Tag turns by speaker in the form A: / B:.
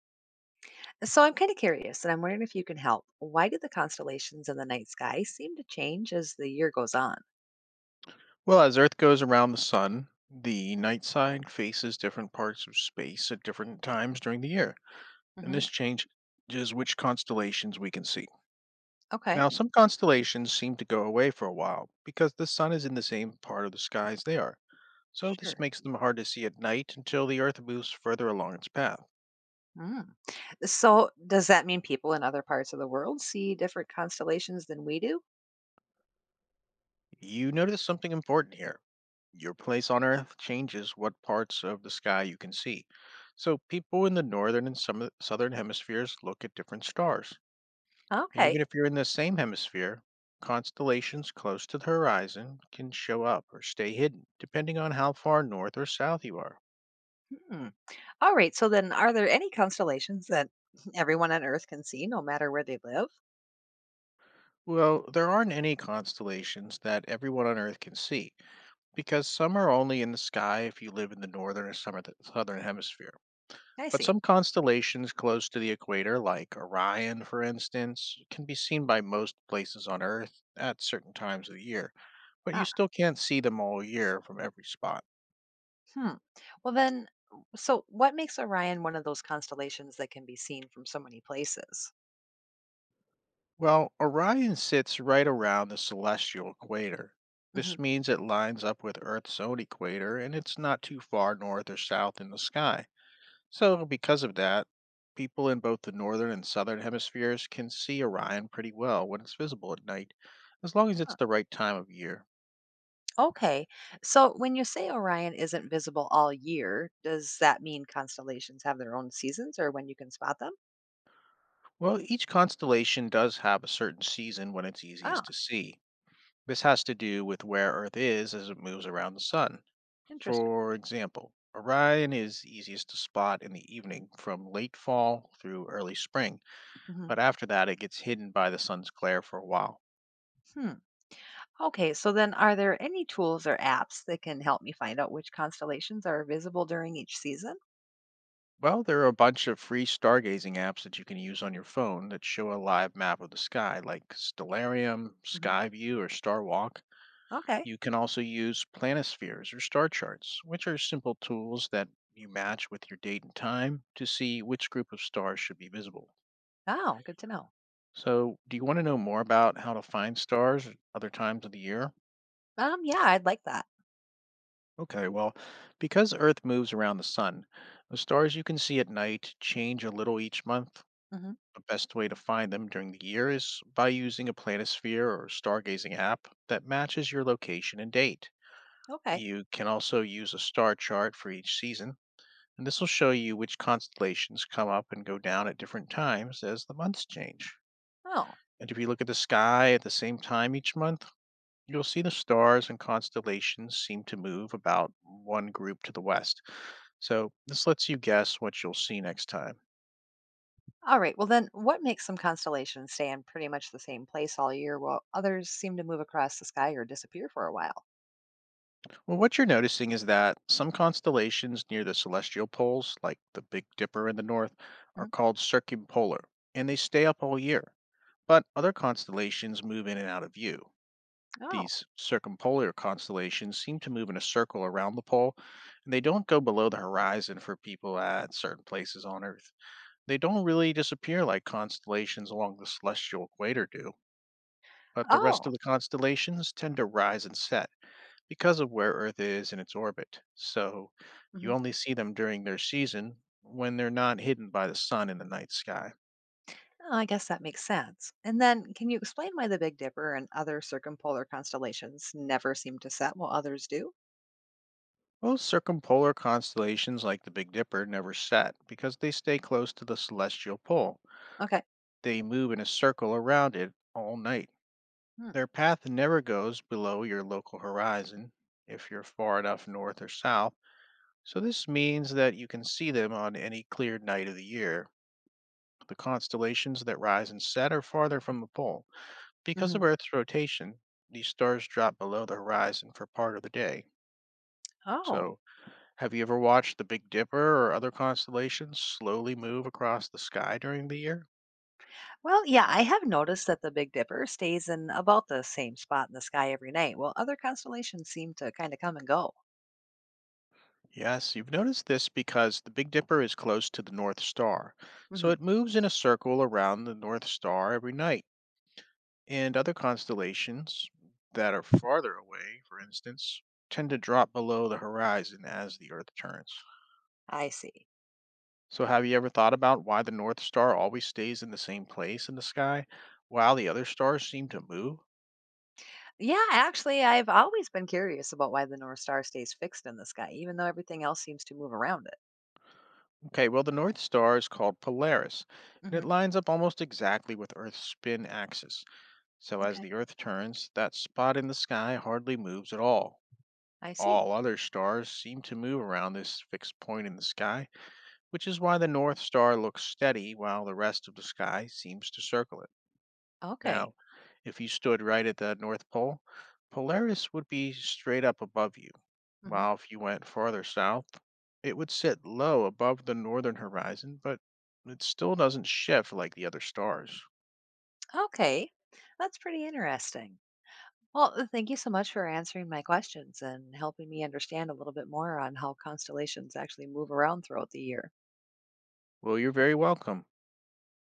A: So I'm kind of curious, and I'm wondering if you can help. Why do the constellations in the night sky seem to change as the year goes on?
B: Well, as Earth goes around the sun, the night side faces different parts of space at different times during the year, and
A: Hmm.
B: this changes which constellations we can see.
A: Okay,
B: Now, some constellations seem to go away for a while because the sun is in the same part of the sky as they are, so this
A: sure.
B: makes them hard to see at night until the Earth moves further along its path.
A: Mm. So does that mean people in other parts of the world see different constellations than we do?
B: You notice something important here. Your place on Earth changes what parts of the sky you can see. So, people in the northern and southern hemispheres look at different stars. And
A: Okay.
B: even if you're in the same hemisphere, constellations close to the horizon can show up or stay hidden, depending on how far north or south you are.
A: Hmm. All right. So then are there any constellations that everyone on Earth can see no matter where they live?
B: Well, there aren't any constellations that everyone on Earth can see, because some are only in the sky if you live in the northern or southern hemisphere.
A: I
B: But
A: see.
B: some constellations close to the equator, like Orion, for instance, can be seen by most places on Earth at certain times of the year, but you
A: Ah.
B: still can't see them all year from every spot.
A: Hmm. Well then so what makes Orion one of those constellations that can be seen from so many places?
B: Well, Orion sits right around the celestial equator.
A: Mhm.
B: This means it lines up with Earth's own equator and it's not too far north or south in the sky. So, because of that, people in both the northern and southern hemispheres can see Orion pretty well when it's visible at night, as long as it's the right time of year.
A: Okay. So when you say Orion isn't visible all year, does that mean constellations have their own seasons or when you can spot them?
B: Well, each constellation does have a certain season when it's
A: Ah,
B: easiest to see. This has to do with where Earth is as it moves around the sun.
A: interesting.
B: For example, Orion is easiest to spot in the evening from late fall through early spring,
A: Hmm.
B: but after that it gets hidden by the sun's glare for a while.
A: Hmm. Okay, so then are there any tools or apps that can help me find out which constellations are visible during each season?
B: Well, there are a bunch of free stargazing apps that you can use on your phone that show a live map of the sky, like Stellarium,
A: Hmm.
B: Skyview, or Starwalk.
A: Okay.
B: You can also use planispheres or star charts, which are simple tools that you match with your date and time to see which group of stars should be visible.
A: Oh, good to know.
B: So, do you want to know more about how to find stars at other times of the year?
A: Yeah, I'd like that.
B: Okay, well, because Earth moves around the sun, the stars you can see at night change a little each month.
A: Hmm.
B: The best way to find them during the year is by using a planisphere or stargazing app that matches your location and date.
A: Okay.
B: You can also use a star chart for each season, and this will show you which constellations come up and go down at different times as the months change.
A: Oh,
B: And if you look at the sky at the same time each month, you'll see the stars and constellations seem to move about one group to the west. So, this lets you guess what you'll see next time.
A: all right. Well, then what makes some constellations stay in pretty much the same place all year while others seem to move across the sky or disappear for a while?
B: Well, what you're noticing is that some constellations near the celestial poles, like the Big Dipper in the north, are
A: Mhm.
B: called circumpolar, and they stay up all year. But other constellations move in and out of view.
A: Oh.
B: These circumpolar constellations seem to move in a circle around the pole, and they don't go below the horizon for people at certain places on Earth. They don't really disappear like constellations along the celestial equator do, but the rest
A: Oh.
B: of the constellations tend to rise and set because of where Earth is in its orbit. So
A: Mhm.
B: you only see them during their season when they're not hidden by the sun in the night sky.
A: Oh, I guess that makes sense. And then, can you explain why the Big Dipper and other circumpolar constellations never seem to set while others do?
B: Most circumpolar constellations like the Big Dipper never set because they stay close to the celestial pole.
A: Okay.
B: They move in a circle around it all night.
A: Hmm.
B: Their path never goes below your local horizon if you're far enough north or south. So this means that you can see them on any clear night of the year. The constellations that rise and set are farther from the pole. Because
A: Hmm.
B: of Earth's rotation, these stars drop below the horizon for part of the day.
A: Oh,
B: So, have you ever watched the Big Dipper or other constellations slowly move across the sky during the year?
A: well, yeah, I have noticed that the Big Dipper stays in about the same spot in the sky every night, while other constellations seem to kind of come and go.
B: Yes, you've noticed this because the Big Dipper is close to the North Star, so
A: Hmm.
B: it moves in a circle around the North Star every night. And other constellations that are farther away, for instance, tend to drop below the horizon as the Earth turns.
A: I see.
B: So, have you ever thought about why the North Star always stays in the same place in the sky while the other stars seem to move?
A: Yeah, actually, I've always been curious about why the North Star stays fixed in the sky, even though everything else seems to move around it.
B: Okay, well, the North Star is called Polaris, and it
A: Hmm.
B: lines up almost exactly with Earth's spin axis. So, as
A: Okay.
B: the Earth turns, that spot in the sky hardly moves at all.
A: I see.
B: All other stars seem to move around this fixed point in the sky which is why the North Star looks steady while the rest of the sky seems to circle it.
A: Okay.
B: Now, if you stood right at the North Pole, Polaris would be straight up above you,
A: Mm-hmm.
B: while if you went farther south, it would sit low above the northern horizon, but it still doesn't shift like the other stars.
A: Okay, that's pretty interesting. Well, thank you so much for answering my questions and helping me understand a little bit more on how constellations actually move around throughout the year.
B: Well, you're very welcome.